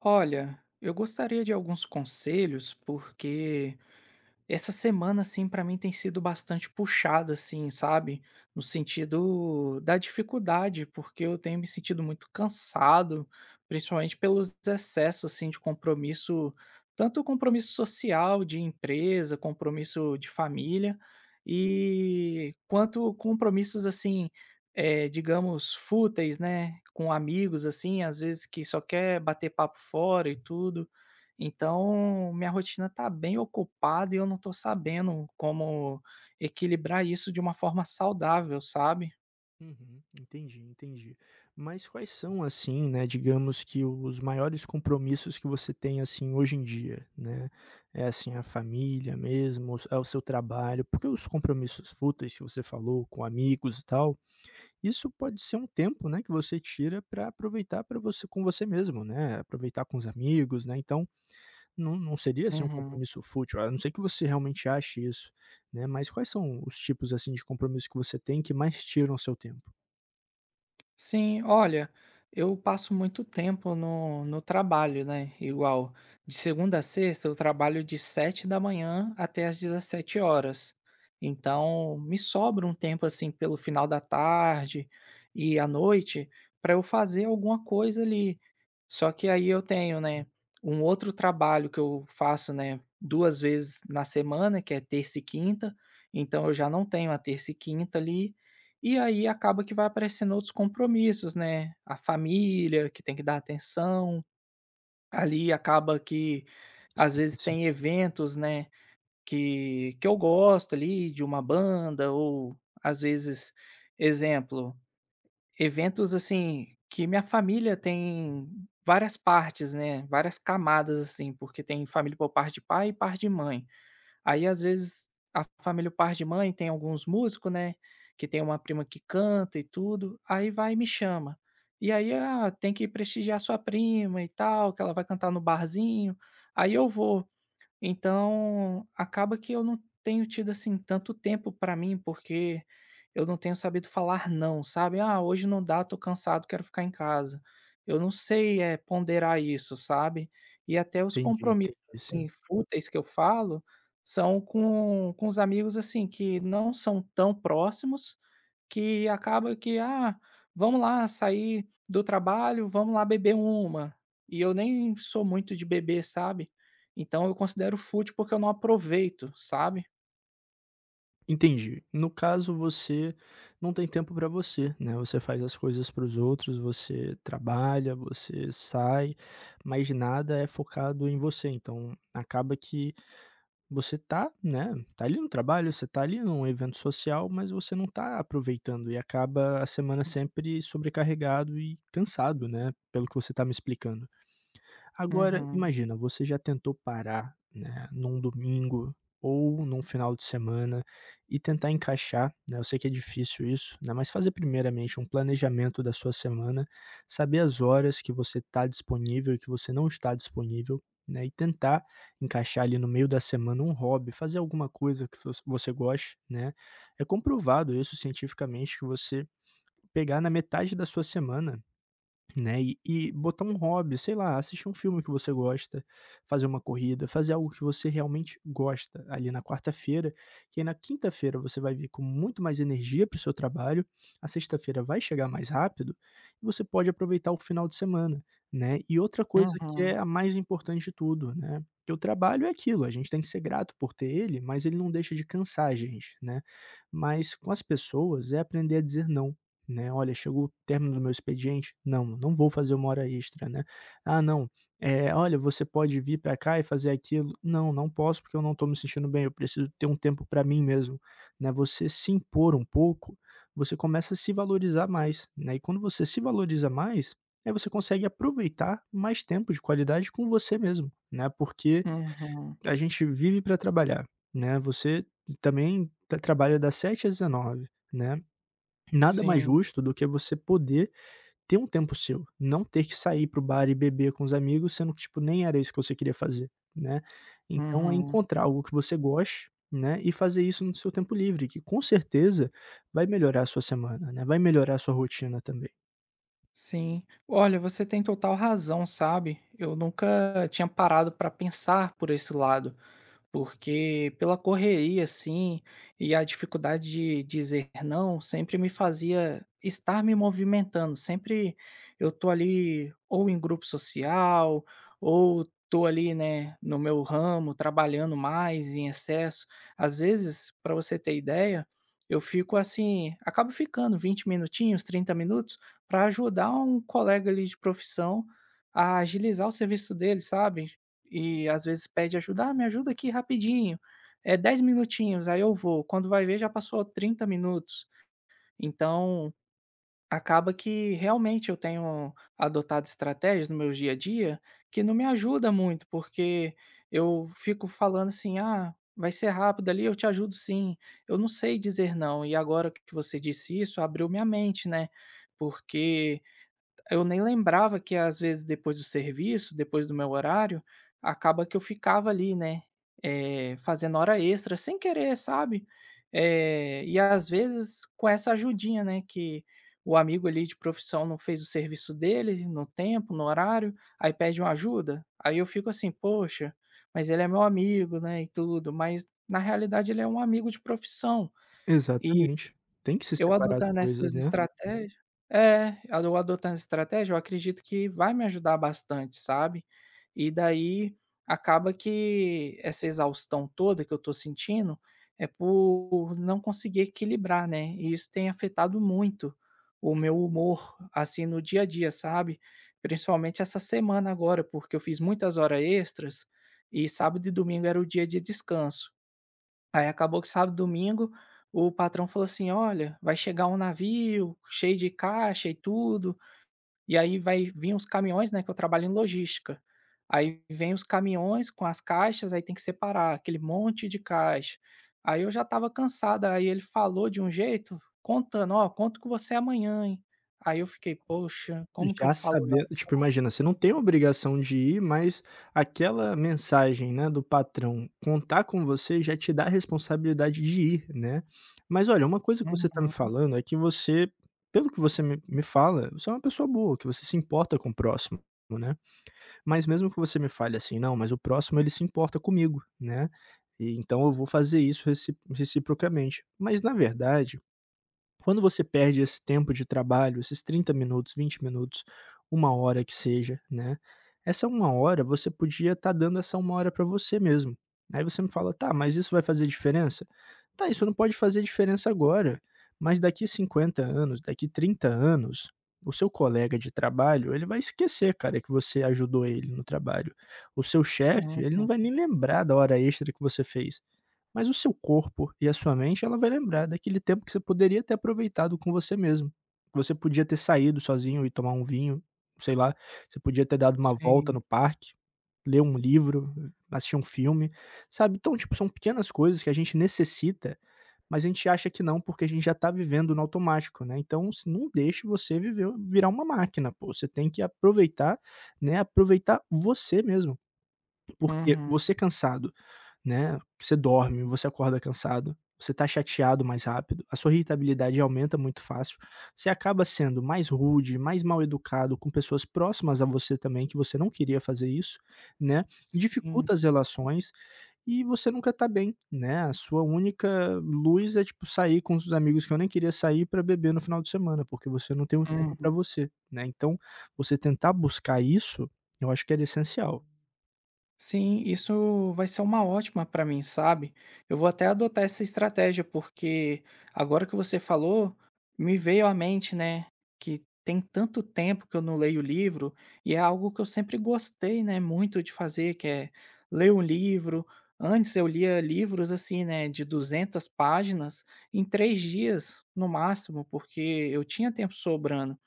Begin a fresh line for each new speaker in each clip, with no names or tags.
Olha, eu gostaria de alguns conselhos, porque essa semana, assim, pra mim tem sido bastante puxada, assim, sabe? No sentido da dificuldade, porque eu tenho me sentido muito cansado, principalmente pelos excessos, assim, de compromisso, tanto compromisso social, de empresa, compromisso de família, e quanto compromissos, assim, digamos, fúteis, né? Com amigos, assim, às vezes que só quer bater papo fora e tudo. Então, minha rotina está bem ocupada e eu não estou sabendo como equilibrar isso de uma forma saudável, sabe?
Uhum, entendi, entendi. Mas quais são, assim, né, digamos que os maiores compromissos que você tem, assim, hoje em dia, né? É, assim, a família mesmo, é o seu trabalho, porque os compromissos fúteis que você falou com amigos e tal, isso pode ser um tempo, né, que você tira para aproveitar para você com você mesmo, né? Aproveitar com os amigos, né? Então, não, não seria, assim, um
Uhum.
compromisso fútil, a não ser que você realmente ache isso, né? Mas quais são os tipos, assim, de compromisso que você tem que mais tiram o seu tempo?
Sim, olha, eu passo muito tempo no trabalho, né? Igual, de segunda a sexta eu trabalho de 7 da manhã até às 17 horas. Então, me sobra um tempo assim pelo final da tarde e à noite para eu fazer alguma coisa ali. Só que aí eu tenho, né, um outro trabalho que eu faço, né, duas vezes na semana, que é terça e quinta. Então eu já não tenho a terça e quinta ali e aí acaba que vai aparecendo outros compromissos, né, a família que tem que dar atenção, ali acaba que às
Sim,
vezes
sim,
tem eventos, né, que eu gosto ali de uma banda ou às vezes, exemplo, eventos assim que minha família tem várias partes, né, várias camadas assim, porque tem família por parte de pai e parte de mãe. Aí, às vezes, a família, o par de mãe, tem alguns músicos, né, que tem uma prima que canta e tudo, aí vai e me chama. E aí: "Ah, tem que prestigiar sua prima e tal, que ela vai cantar no barzinho". Aí eu vou. Então, acaba que eu não tenho tido, assim, tanto tempo para mim, porque eu não tenho sabido falar não, sabe? "Ah, hoje não dá, tô cansado, quero ficar em casa". Eu não sei, ponderar isso, sabe? E até os
entendi,
compromissos,
entendi
assim,
sim.
fúteis que eu falo, são com os amigos, assim, que não são tão próximos, que acaba que, ah, vamos lá sair do trabalho, vamos lá beber uma. E eu nem sou muito de beber, sabe. Então eu considero fútil porque eu não aproveito, sabe.
Entendi. No caso, você não tem tempo para você, né, você faz as coisas para os outros, você trabalha, você sai, mas nada é focado em você, então acaba que você tá, né, tá ali no trabalho, você tá ali num evento social, mas você não tá aproveitando e acaba a semana sempre sobrecarregado e cansado, né, pelo que você tá me explicando. Agora,
Uhum,
imagina, você já tentou parar, né, num domingo ou num final de semana e tentar encaixar, né, eu sei que é difícil isso, né, mas fazer primeiramente um planejamento da sua semana, saber as horas que você está disponível e que você não está disponível, né, e tentar encaixar ali no meio da semana um hobby, fazer alguma coisa que você goste, né? É comprovado isso cientificamente que você pegar na metade da sua semana, né, e botar um hobby, sei lá, assistir um filme que você gosta, fazer uma corrida, fazer algo que você realmente gosta ali na quarta-feira, que aí na quinta-feira você vai vir com muito mais energia para o seu trabalho, a sexta-feira vai chegar mais rápido e você pode aproveitar o final de semana, né. E outra coisa que
uhum,
é a mais importante de tudo, né, que o trabalho é aquilo, a gente tem que ser grato por ter ele, mas ele não deixa de cansar a gente, né. Mas com as pessoas é aprender a dizer não. Né, "Olha, chegou o término do meu expediente, não, não vou fazer uma hora extra, né. Ah, não, é, olha, você pode vir para cá e fazer aquilo. Não, não posso porque eu não estou me sentindo bem, eu preciso ter um tempo para mim mesmo", né. Você se impor um pouco, você começa a se valorizar mais, né, e quando você se valoriza mais, aí você consegue aproveitar mais tempo de qualidade com você mesmo, né, porque
uhum.
a gente vive para trabalhar, né, você também ta trabalha das 7h às 19h, né. Nada mais
Sim,
justo do que você poder ter um tempo seu, não ter que sair pro bar e beber com os amigos, sendo que, tipo, nem era isso que você queria fazer, né. Então é
uhum,
encontrar algo que você goste, né, e fazer isso no seu tempo livre, que com certeza vai melhorar a sua semana, né, vai melhorar a sua rotina também.
sim. Olha, você tem total razão, sabe. Eu nunca tinha parado para pensar por esse lado. Porque pela correria, assim, e a dificuldade de dizer não sempre me fazia estar me movimentando. Sempre eu tô ali ou em grupo social, ou tô ali, né, no meu ramo, trabalhando mais em excesso. Às vezes, para você ter ideia, eu fico assim, acabo ficando 20 minutinhos, 30 minutos, para ajudar um colega ali de profissão a agilizar o serviço dele, sabe? E às vezes pede ajuda: "Ah, me ajuda aqui rapidinho, é 10 minutinhos", aí eu vou, quando vai ver já passou 30 minutos. Então, acaba que realmente eu tenho adotado estratégias no meu dia a dia que não me ajuda muito, porque eu fico falando assim: "Ah, vai ser rápido ali, eu te ajudo sim", eu não sei dizer não. E agora que você disse isso abriu minha mente, né, porque eu nem lembrava que às vezes depois do serviço, depois do meu horário, acaba que eu ficava ali, né, fazendo hora extra sem querer, sabe. E às vezes com essa ajudinha, né, que o amigo ali de profissão não fez o serviço dele no tempo, no horário, aí pede uma ajuda, aí eu fico assim: "Poxa, mas ele é meu amigo, né, e tudo", mas na realidade ele é um amigo de profissão.
Exatamente. Tem que se
Eu
separar as
adotando
coisas,
essas
né.
estratégias, é, eu adotando essa estratégia, eu acredito que vai me ajudar bastante, sabe. E daí, acaba que essa exaustão toda que eu estou sentindo, é por não conseguir equilibrar, né, e isso tem afetado muito o meu humor, assim, no dia a dia, sabe. Principalmente essa semana agora, porque eu fiz muitas horas extras, e sábado e domingo era o dia de descanso. Aí acabou que sábado, domingo, o patrão falou assim: "Olha, vai chegar um navio cheio de caixa e tudo, e aí vai vir uns caminhões", né, que eu trabalho em logística. Aí vem os caminhões com as caixas, aí tem que separar aquele monte de caixa. Aí eu já estava cansada aí ele falou de um jeito, contando: "Ó, conto com você amanhã, hein". Aí eu fiquei: "Poxa, como que eu
Já
falo não?"
sabendo, tipo, imagina, você não tem obrigação de ir, mas aquela mensagem, né, do patrão contar com você já te dá a responsabilidade de ir, né. Mas olha, uma coisa que você tá me
Uhum,
falando é que você, pelo que você me fala, você é uma pessoa boa, que você se importa com o próximo, né. Mas mesmo que você me fale assim: "Não, mas o próximo ele se importa comigo", né, e então eu vou fazer isso recíp reciprocamente. Mas na verdade quando você perde esse tempo de trabalho, esses 30 minutos, 20 minutos, uma hora que seja, né, essa uma hora você podia estar dando essa uma hora para você mesmo. Aí você me fala: "Tá, mas isso vai fazer diferença?" Tá, isso não pode fazer diferença agora, mas daqui 50 anos, daqui 30 anos, o seu colega de trabalho, ele vai esquecer, cara, que você ajudou ele no trabalho. O seu chefe, ele não
uhum.
vai nem lembrar da hora extra que você fez. Mas o seu corpo e a sua mente, ela vai lembrar daquele tempo que você poderia ter aproveitado com você mesmo. Que você podia ter saído sozinho e tomar um vinho, sei lá, você podia ter dado uma volta
Sim.
no parque, ler um livro, assistir um filme, sabe. Então, tipo, são pequenas coisas que a gente necessita, mas a gente acha que não, porque a gente já tá vivendo no automático, né. Então s não deixe você viver virar uma máquina, pô, você tem que aproveitar, né, aproveitar você mesmo, porque
Uhum.
você cansado, né, você dorme, você acorda cansado, você está chateado mais rápido, a sua irritabilidade aumenta muito fácil, você acaba sendo mais rude, mais mal educado com pessoas próximas a você também, que você não queria fazer isso, né,
Sim.
dificulta as relações e você nunca tá bem, né, a sua única luz é, tipo, sair com os amigos que eu nem queria sair para beber no final de semana, porque você não tem um tempo
Uhum.
para você, né, então você tentar buscar isso, eu acho que era essencial.
Sim, isso vai ser uma ótima para mim, sabe? Eu vou até adotar essa estratégia, porque agora que você falou, me veio à mente, né, que tem tanto tempo que eu não leio livro e é algo que eu sempre gostei, né, muito de fazer, que é ler um livro. Antes eu lia livros assim, né, de 200 páginas em três dias no máximo, porque eu tinha tempo sobrando.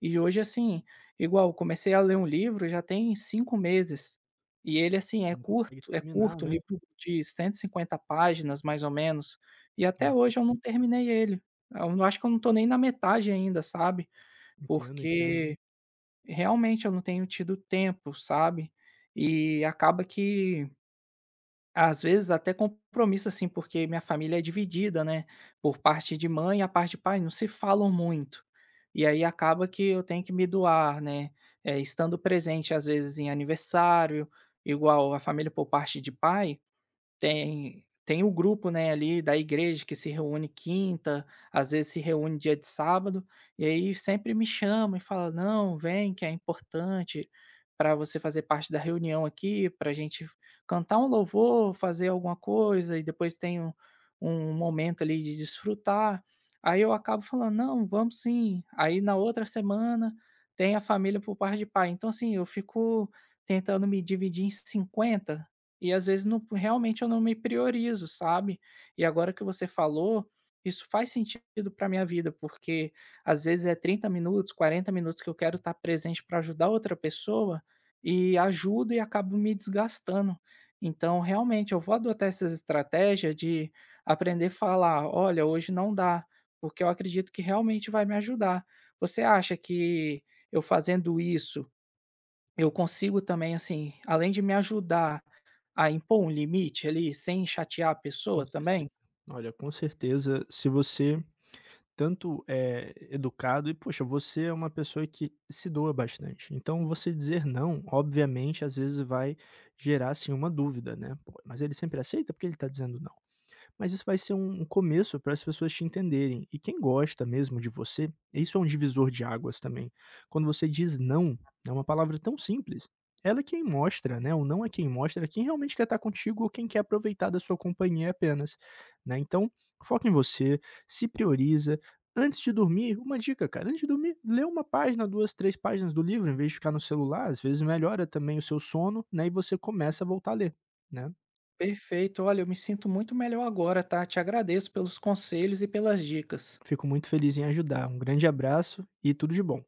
E hoje, assim, igual, comecei a ler um livro já tem 5 meses, e ele, assim, é
Não consegue
curto é
terminar,
curto, um
né.
livro de 150 páginas, mais ou menos, e até
É,
hoje eu não terminei ele. Eu não acho que eu não estou nem na metade ainda, sabe,
entendo, entendo.
porque realmente eu não tenho tido tempo, sabe, e acaba que às vezes até compromisso, assim, porque minha família é dividida, né, por parte de mãe e a parte de pai não se falam muito. E aí acaba que eu tenho que me doar, né, estando presente, às vezes, em aniversário, igual a família por parte de pai tem o grupo, né, ali da igreja que se reúne quinta, às vezes se reúne dia de sábado, e aí sempre me chama e fala: "Não, vem que é importante para você fazer parte da reunião aqui, para a gente cantar um louvor, fazer alguma coisa e depois tem um momento ali de desfrutar". Aí eu acabo falando: "Não, vamos sim". Aí na outra semana tem a família por parte de pai. Então, assim, eu fico tentando me dividir em 50 e às vezes não realmente eu não me priorizo, sabe. E agora que você falou, isso faz sentido para minha vida, porque às vezes é 30 minutos, 40 minutos que eu quero estar presente para ajudar outra pessoa, e ajudo e acabo me desgastando. Então realmente eu vou adotar essas estratégia de aprender a falar: "Olha, hoje não dá", porque eu acredito que realmente vai me ajudar. Você acha que eu fazendo isso, eu consigo também, assim, além de me ajudar, ah, impor um limite ali, sem chatear a
Com
pessoa
certeza.
também?
Olha, com certeza, se você tanto é educado e, poxa, você é uma pessoa que se doa bastante. Então, você dizer não, obviamente, às vezes vai gerar, assim, uma dúvida, né? Pô, mas ele sempre aceita porque ele tá dizendo não. Mas isso vai ser um começo para as pessoas te entenderem. E quem gosta mesmo de você, isso é um divisor de águas também. Quando você diz não, é uma palavra tão simples. Ela é quem mostra, né? O não é quem mostra quem realmente quer estar contigo ou quem quer aproveitar da sua companhia apenas, né? Então, foca em você, se prioriza. Antes de dormir, uma dica, cara, antes de dormir, lê uma página, duas, três páginas do livro, em vez de ficar no celular, às vezes melhora também o seu sono, né? E você começa a voltar a ler, né?
Perfeito, olha, eu me sinto muito melhor agora, tá? Te agradeço pelos conselhos e pelas dicas.
Fico muito feliz em ajudar. Um grande abraço e tudo de bom.